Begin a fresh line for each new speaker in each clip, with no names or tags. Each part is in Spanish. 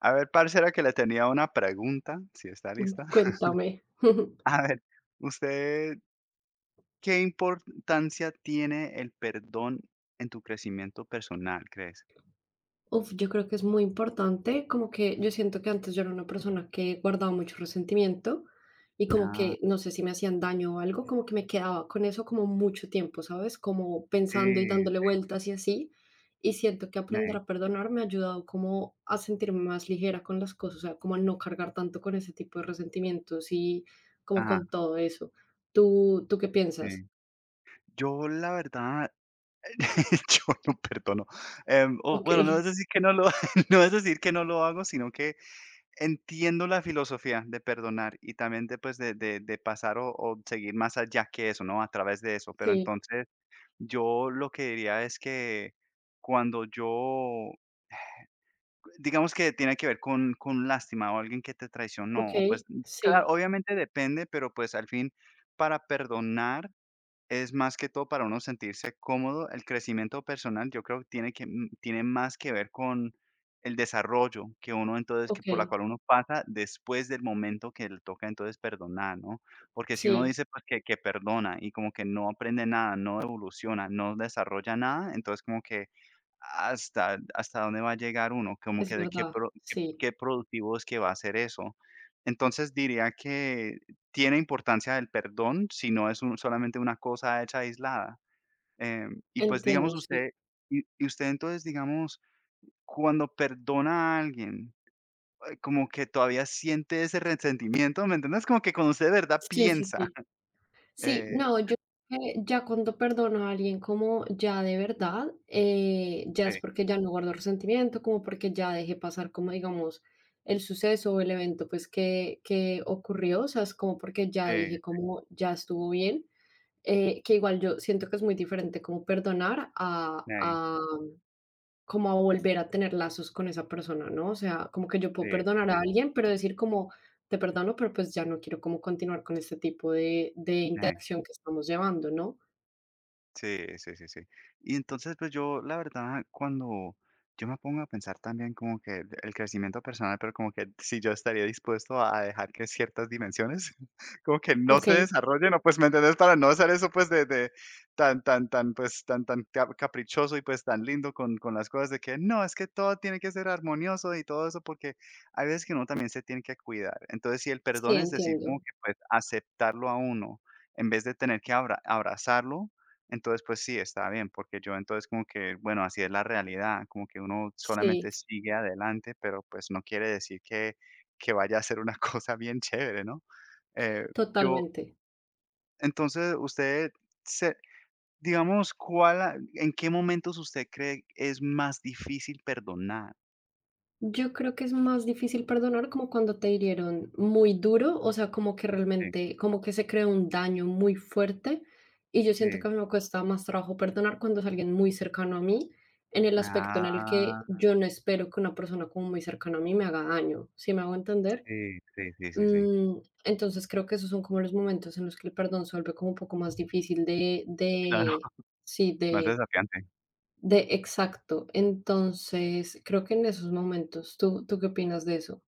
A ver, parcera, que le tenía una pregunta, si está
Mm,
lista.
cuéntame.
A ver, ¿usted qué importancia tiene el perdón en tu crecimiento personal, crees?
Uf, yo creo que es muy importante, como que yo siento que antes yo era una persona que guardaba mucho resentimiento y como
Ah,
que no sé si me hacían daño o algo, como que me quedaba con eso como mucho tiempo, ¿sabes? Como
sí,
pensando y dándole vueltas y así. Y siento que aprender
ne
a perdonar me ha ayudado como a sentirme más ligera con las cosas, o sea, como a no cargar tanto con ese tipo de resentimientos y como con
ajá,
todo eso. ¿Tú qué piensas?
sí. Yo, la verdad, yo no perdono, o
Ok,
bueno, no es decir que no lo no es decir que no lo hago, sino que entiendo la filosofía de perdonar y también de, pues, de pasar o seguir más allá que eso, ¿no? A través de eso, pero
sí,
entonces yo lo que diría es que cuando yo, digamos que tiene que ver con lástima o alguien que te traicionó, o
ok,
pues, claro,
sí,
obviamente depende, pero pues al fin para perdonar es más que todo para uno sentirse cómodo. El crecimiento personal yo creo que tiene que tiene más que ver con el desarrollo que uno entonces que
ok,
por la cual uno pasa después del momento que le toca entonces perdonar, ¿no? Porque si uno
sí.
dice, pues, que perdona y como que no aprende nada, no evoluciona, no desarrolla nada, entonces como que hasta dónde va a llegar uno, como
Es
que de qué
verdad,
pro qué
sí,
qué productivo es que va a ser eso. Entonces, diría que tiene importancia el perdón, si no es un solamente una cosa hecha aislada. Y pues, digamos,
entiendo, sí.
usted y usted entonces, digamos, cuando perdona a alguien, como que todavía siente ese resentimiento, ¿me entiendes? Como que cuando usted de verdad
Sí, sí,
piensa.
sí. Sí,
Eh,
no, yo creo que ya cuando perdono a alguien como ya de verdad, ya
sí,
es porque ya no guardo resentimiento, como porque ya dejé pasar como digamos el suceso o el evento pues que ocurrió, o sea, es como porque ya
sí,
dije como ya estuvo bien, que igual yo siento que es muy diferente como perdonar
sí,
como a volver a tener lazos con esa persona, ¿no? O sea, como que yo puedo
sí,
perdonar a alguien, pero decir como, te perdono, pero pues ya no quiero como continuar con este tipo de
sí.
interacción que estamos llevando, ¿no?
Sí, sí, sí, sí. Y entonces, pues yo, la verdad, cuando yo me pongo a pensar también como que el crecimiento personal, pero como que si yo estaría dispuesto a dejar que ciertas dimensiones como que no
Ok,
se desarrollen, o pues, ¿me entiendes? Para no hacer eso, pues, de tan, tan, tan, pues, tan, tan caprichoso y pues tan lindo con las cosas de que no, es que todo tiene que ser armonioso y todo eso, porque hay veces que uno también se tiene que cuidar. Entonces, si el
sí,
perdón es decir,
entiendo.
como que pues aceptarlo a uno en vez de tener que abrazarlo, entonces, pues sí, está bien, porque yo entonces como que, bueno, así es la realidad, como que uno
Sí,
solamente sigue adelante, pero pues no quiere decir que vaya a ser una cosa bien chévere, ¿no? Eh, yo,
totalmente.
entonces, usted, se, digamos, ¿cuál, en qué momentos usted cree es más difícil perdonar?
Yo creo que es más difícil perdonar como cuando te hirieron muy duro, o sea, como que
Sí,
realmente, como que se creó un daño muy fuerte. Y yo siento que
sí.
a mí me cuesta más trabajo perdonar cuando es alguien muy cercano a mí, en el aspecto en el que
Ah,
yo no espero que una persona como muy cercana a mí me haga daño. ¿Sí me hago entender?
sí, sí, sí, sí, sí.
Mm, entonces creo que esos son como los momentos en los que el perdón se vuelve como un poco más difícil de
Claro,
de sí,
más
de
desafiante.
de exacto. Entonces, creo que en esos momentos, ¿tú qué opinas de eso?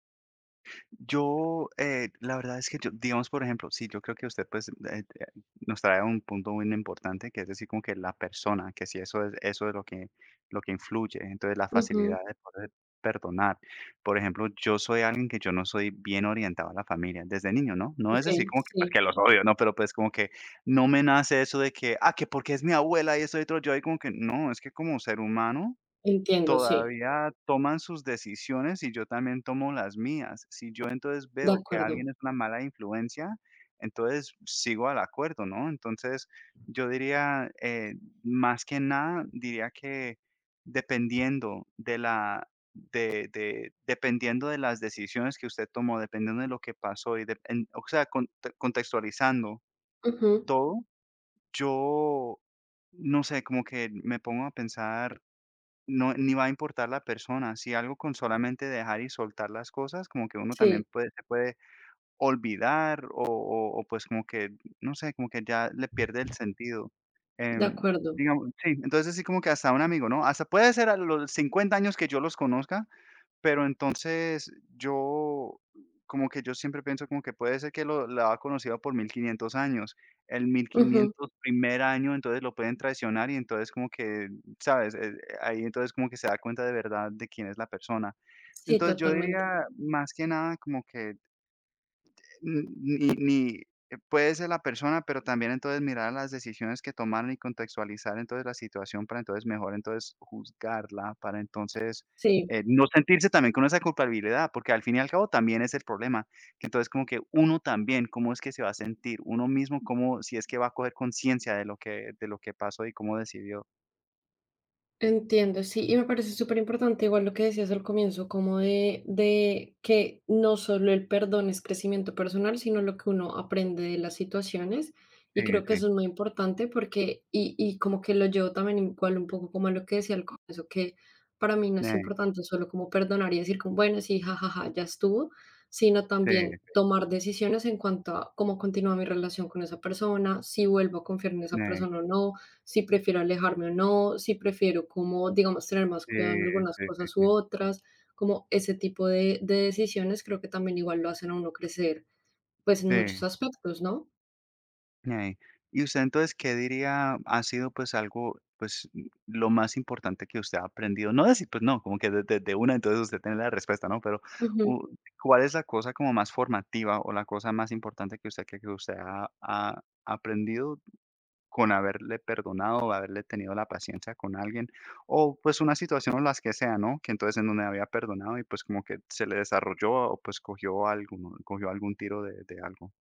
Yo, la verdad es que yo, digamos, por ejemplo, sí, yo creo que usted pues nos trae un punto muy importante, que es decir, como que la persona, que si eso es, eso es lo que influye, entonces la
Ujú,
facilidad de poder perdonar. Por ejemplo, yo soy alguien que yo no soy bien orientado a la familia desde niño, ¿no? No es decir
okey,
como que, pues,
sí,
que los odio, ¿no? Pero pues como que no me nace eso de que, ah, que porque es mi abuela y eso y otro, yo ahí como que, no, es que como ser humano
entiendo, sí,
todavía toman sus decisiones y yo también tomo las mías. Si yo entonces
de
veo que
acuerdo.
alguien es una mala influencia, entonces sigo al acuerdo, ¿no? Entonces, yo diría, más que nada, diría que dependiendo de la de dependiendo de las decisiones que usted tomó, dependiendo de lo que pasó y de en o sea, con contextualizando
Ujú,
todo, yo, no sé, como que me pongo a pensar no, ni va a importar la persona. Si algo con solamente dejar y soltar las cosas, como que uno
sí,
también puede, se puede olvidar o pues como que, no sé, como que ya le pierde el sentido.
de
Em,
acuerdo.
digamos, sí, entonces sí como que hasta un amigo, ¿no? Hasta puede ser a los 50 años que yo los conozca, pero entonces yo, como que yo siempre pienso como que puede ser que lo la ha conocido por 1500 años. El mil
Ujú,
quinientos primer año, entonces lo pueden traicionar y entonces como que, ¿sabes? Ahí entonces como que se da cuenta de verdad de quién es la persona.
sí,
Entonces yo
totalmente.
diría más que nada como que ni ni puede ser la persona, pero también entonces mirar las decisiones que tomaron y contextualizar entonces la situación para entonces mejor entonces juzgarla, para entonces,
Sí.
no sentirse también con esa culpabilidad, porque al fin y al cabo también es el problema, que entonces como que uno también, ¿cómo es que se va a sentir? Uno mismo, ¿cómo si es que va a coger conciencia de lo que pasó y cómo decidió?
Entiendo, sí, y me parece súper importante, igual lo que decías al comienzo, como de que no solo el perdón es crecimiento personal, sino lo que uno aprende de las situaciones. Y
Sí,
creo que eso
sí.
es muy importante porque, y como que lo llevo también igual un poco como a lo que decía al comienzo, que para mí no
Sí,
es importante solo como perdonar y decir como, bueno, sí, jajaja, ya estuvo, sino
sí,
también tomar decisiones en cuanto a cómo continúa mi relación con esa persona, si vuelvo a confiar en esa persona o no, si prefiero alejarme o no, si prefiero como, digamos, tener más
sí,
cuidado en algunas
sí, sí,
cosas u
sí,
otras, como ese tipo de decisiones creo que también igual lo hacen a uno crecer, pues en muchos
sí.
aspectos, ¿no?
Ey. Y usted entonces, ¿qué diría ha sido, pues, algo, pues, lo más importante que usted ha aprendido? No decir, pues, no, como que de una, entonces usted tiene la respuesta, ¿no? Pero,
Ujú.
u ¿cuál es la cosa como más formativa o la cosa más importante que usted que usted ha aprendido con haberle perdonado o haberle tenido la paciencia con alguien? O, pues, una situación o las que sea, ¿no? Que entonces en donde había perdonado y, pues, como que se le desarrolló o, pues, cogió algún tiro de algo.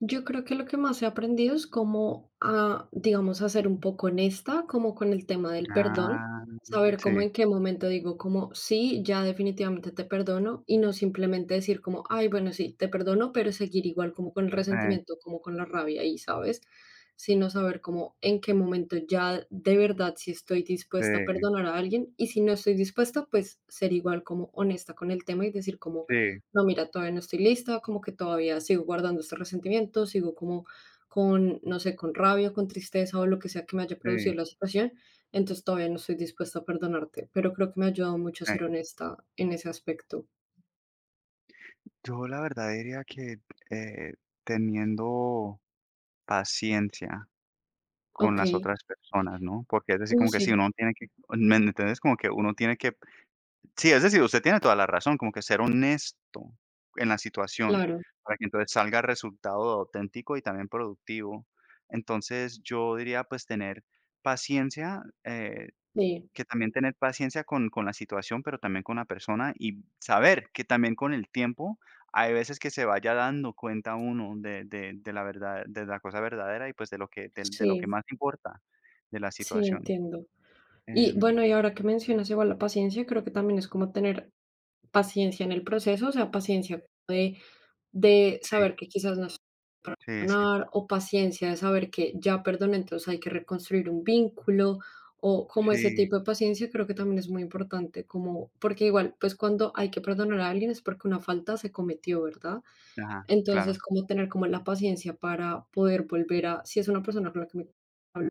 Yo creo que lo que más he aprendido es cómo a, digamos, a ser un poco honesta, como con el tema del perdón,
Ah,
saber
sí,
cómo en qué momento digo como sí, ya definitivamente te perdono y no simplemente decir como, ay, bueno, sí, te perdono, pero seguir igual como con el
eh.
resentimiento, como con la rabia y, ¿sabes? Sino saber como en qué momento ya de verdad si estoy
Sí,
dispuesta a perdonar a alguien y si no estoy dispuesta, pues ser igual como honesta con el tema y decir como
sí,
no, mira, todavía no estoy lista, como que todavía sigo guardando este resentimiento, sigo como con, no sé, con rabia, con tristeza o lo que sea que me haya producido
sí.
la situación, entonces todavía no estoy dispuesta a perdonarte, pero creo que me ha ayudado mucho a
Eh,
ser honesta en ese aspecto.
yo la verdad diría que, eh, teniendo paciencia con las
Okey.
otras personas, ¿no? Porque es decir, como que sí,
Sí,
uno tiene que, ¿me entiendes? Como que uno tiene que sí, es decir, usted tiene toda la razón, como que ser honesto en la situación,
claro.
para que entonces salga el resultado auténtico y también productivo. Entonces, yo diría, pues, tener paciencia,
Sí,
que también tener paciencia con la situación, pero también con la persona, y saber que también con el tiempo hay veces que se vaya dando cuenta uno de de la verdad de la cosa verdadera y, pues, de lo que del de lo que
sí,
más importa de la
sí,
situación.
entiendo. Y
Em,
bueno, y ahora que mencionas igual la paciencia, creo que también es como tener paciencia en el proceso, o sea, paciencia de
sí,
saber que quizás no estoy para
sí, sí,
perdonar, o paciencia de saber que ya perdoné, entonces hay que reconstruir un vínculo, o como ese
sí,
tipo de paciencia creo que también es muy importante, como porque igual, pues, cuando hay que perdonar a alguien es porque una falta se cometió, ¿verdad?
ajá,
Entonces,
claro.
como tener como la paciencia para poder volver a si es una persona con la que me hablo,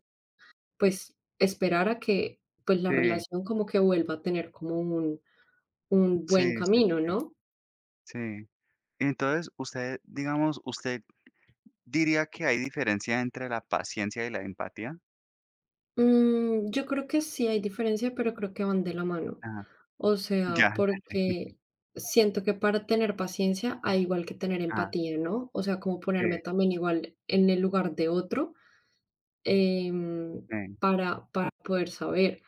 pues, esperar a que, pues, la
Sí,
relación como que vuelva a tener como un
sí,
buen
sí,
camino,
sí,
¿no?
sí, sí. Entonces, usted, digamos, ¿usted diría que hay diferencia entre la paciencia y la empatía?
Mm, yo creo que sí hay diferencia, pero creo que van de la mano.
Ajá,
O sea,
ya, ya, sí,
porque siento que para tener paciencia hay igual que tener
ajá,
empatía, ¿no? O sea, como ponerme
sí,
también igual en el lugar de otro, em,
sí,
para poder saber.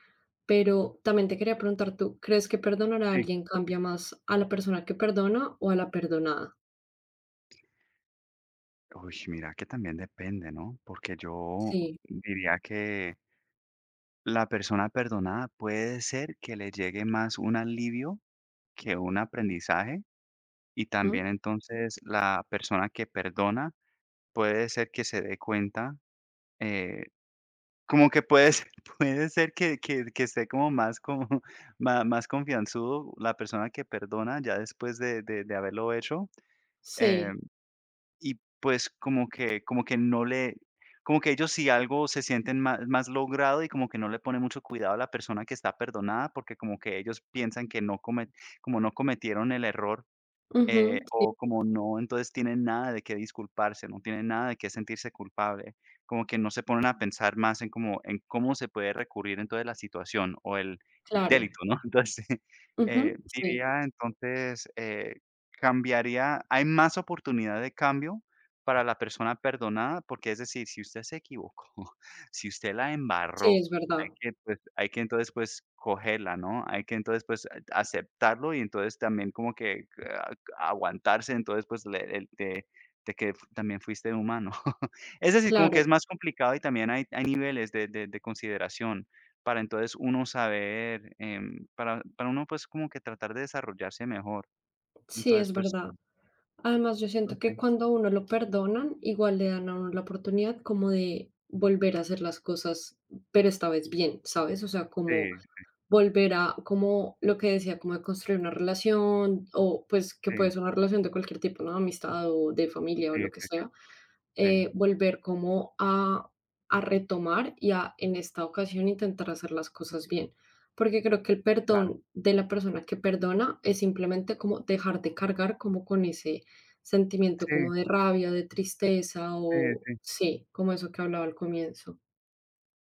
Pero también te quería preguntar, ¿tú crees que perdonar a
sí.
alguien cambia más a la persona que perdona o a la perdonada?
Uy, mira que también depende, ¿no? Porque yo
Sí,
diría que la persona perdonada puede ser que le llegue más un alivio que un aprendizaje y también
ujú,
entonces la persona que perdona puede ser que se dé cuenta, eh, como que puede ser, puede ser que esté como más, como, más, más confianzudo la persona que perdona ya después de, de haberlo hecho. eh,
sí,
Y pues como que no le como que ellos si algo se sienten más más logrado y como que no le ponen mucho cuidado a la persona que está perdonada, porque como que ellos piensan que no come como no cometieron el error,
ujú, sí,
o como no, entonces tienen nada de qué disculparse, no tienen nada de qué sentirse culpable, como que no se ponen a pensar más en como en cómo se puede recurrir entonces la situación o el
claro,
delito, ¿no? Entonces,
ujú, sí.
diría entonces, cambiaría hay más oportunidad de cambio para la persona perdonada, porque es decir, si usted se equivocó, si usted la
Sí,
embarró,
es
hay
verdad.
que, pues, hay que entonces, pues, cogerla, ¿no? Hay que entonces, pues, aceptarlo y entonces también como que aguantarse, entonces, pues, le el de que también fuiste humano. Es decir, como que
Claro.
es más complicado y también hay niveles de de consideración para entonces uno saber, para uno, pues, como que tratar de desarrollarse mejor.
Sí,
Entonces,
es
pues,
verdad. Además, yo
no
siento que
sé.
cuando a uno lo perdonan, igual le dan a uno la oportunidad como de volver a hacer las cosas, pero esta vez bien, ¿sabes? O sea,
Sí,
como volver a, como lo que decía, como de construir una relación o pues que puede
sí,
ser una relación de cualquier tipo, ¿no? Amistad o de familia o
sí,
lo que
sí,
sea,
sí,
volver como a retomar y a, en esta ocasión, intentar hacer las cosas bien. Porque creo que el
claro.
perdón de la persona que perdona es simplemente como dejar de cargar como con ese sentimiento
Sí,
como de rabia, de tristeza
sí,
o
sí.
sí, como eso que hablaba al comienzo.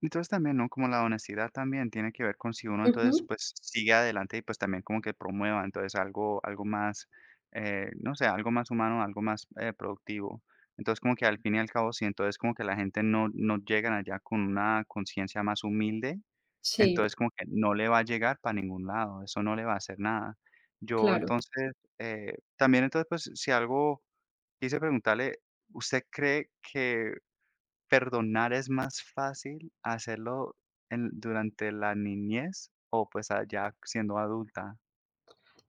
Entonces también, ¿no? Como la honestidad también tiene que ver con si uno entonces
Ujú,
pues sigue adelante y pues también como que promueva entonces algo, algo más, no sé, algo más humano, algo más productivo. Entonces como que al fin y al cabo, si entonces como que la gente no, no llegan allá con una conciencia más humilde,
sí,
entonces como que no le va a llegar para ningún lado, eso no le va a hacer nada. Yo
claro.
entonces, también entonces pues si algo quise preguntarle, ¿usted cree que perdonar es más fácil hacerlo en durante la niñez o, pues, ah, ya siendo adulta?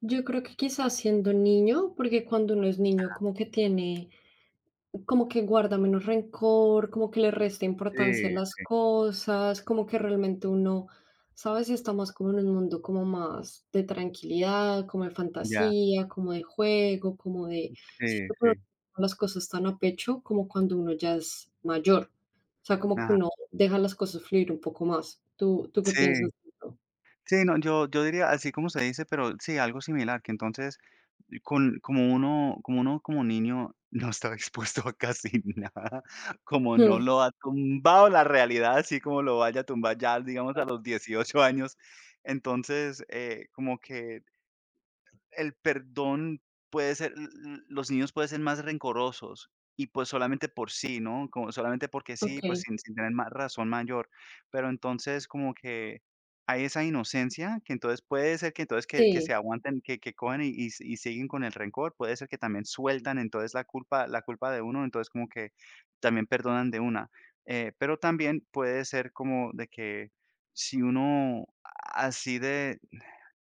Yo creo que quizás siendo niño, porque cuando uno es niño como que tiene, como que guarda menos rencor, como que le resta
Sí,
importancia a las cosas, como que realmente uno, ¿sabes? Está más como en un mundo como más de tranquilidad, como de
ya,
fantasía, como de juego, como de...
sí,
Siento que uno no
sí.
toma las cosas tan a pecho como cuando uno ya es mayor. O sea, como que
Ajá.
uno deja las cosas fluir un poco más. ¿Tú qué
Sí,
piensas de eso?
sí, no, yo diría así como se dice, pero sí, algo similar, que entonces con como uno como uno como niño no estaba expuesto a casi nada, como no
Hmm,
lo ha tumbado la realidad, así como lo vaya a tumbar ya, digamos, a los 18 años. Entonces, como que el perdón puede ser l l los niños pueden ser más rencorosos y, pues, solamente por sí, ¿no? Como solamente porque
ok,
sí, pues, sin tener más razón mayor. Pero entonces como que hay esa inocencia que entonces puede ser que entonces que
sí.
se aguanten, que cogen y y siguen con el rencor, puede ser que también sueltan entonces la culpa de uno, entonces como que también perdonan de una. Pero también puede ser como de que si uno así de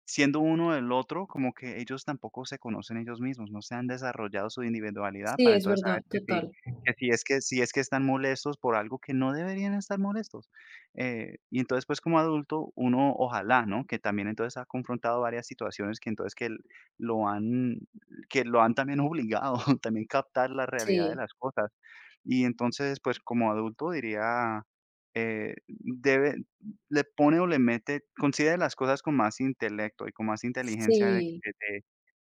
siendo uno del otro, como que ellos tampoco se conocen ellos mismos, no se han desarrollado su individualidad
Sí,
para
es
entonces
verdad,
saber que si
total.
es que si es que están molestos por algo que no deberían estar molestos. Y entonces, pues, como adulto, uno ojalá, ¿no? Que también entonces ha confrontado varias situaciones que entonces lo han que lo han también obligado, también captar la realidad de
Sí,
las cosas. Y entonces, pues, como adulto diría, debe, le pone o le mete considera las cosas con más intelecto y con más inteligencia de
sí,
de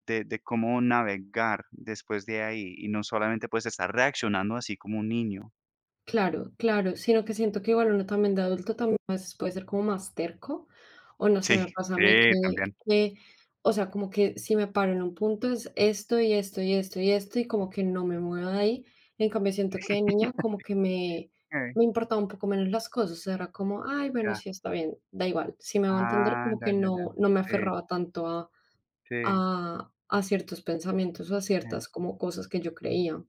de de cómo navegar después de ahí, y no solamente, pues, estar reaccionando así como un niño.
claro, claro. Sino que siento que igual uno también de adulto también a veces puede ser como más terco, o no sé,
Sí,
me pasa a mí
sí, también.
o sea, como que si me paro en un punto es esto y esto y esto y esto y como que no me muevo de ahí. En cambio, siento que de niña como que me,
Sí,
me importaba un poco menos las cosas, o sea, era como, ay, bueno,
ya.
sí, está bien, da igual. Si me hago entender,
Ah,
como
ya,
que
ya, ya.
no, no me
Sí,
aferraba tanto a
sí,
a ciertos pensamientos o a
sí.
ciertas como cosas que yo creía.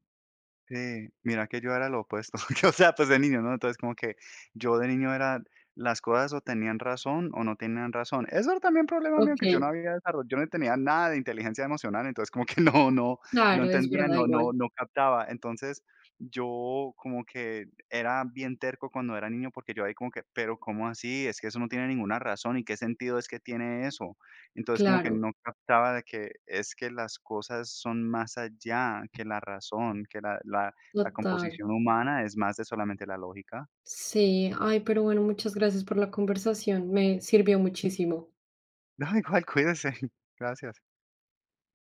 Sí, mira que yo era lo opuesto, que, o sea, pues de niño, ¿no? Entonces, como que yo de niño era, las cosas o tenían razón o no tenían razón. Eso era también problema mío que yo
Okey,
no había desarrollado, yo no tenía nada de inteligencia emocional, entonces como que no, no, no
claro, es
entendía,
verdad
no, no,
igual.
no captaba. Entonces, yo como que era bien terco cuando era niño porque yo ahí como que, pero ¿cómo así? Es que eso no tiene ninguna razón y qué sentido es que tiene eso. Entonces, como que
Claro,
no captaba de que es que las cosas son más allá que la razón, que la
total.
composición humana es más de solamente la lógica.
Sí, ay, pero bueno, muchas gracias por la conversación, me sirvió muchísimo.
No, igual, cuídese. Gracias.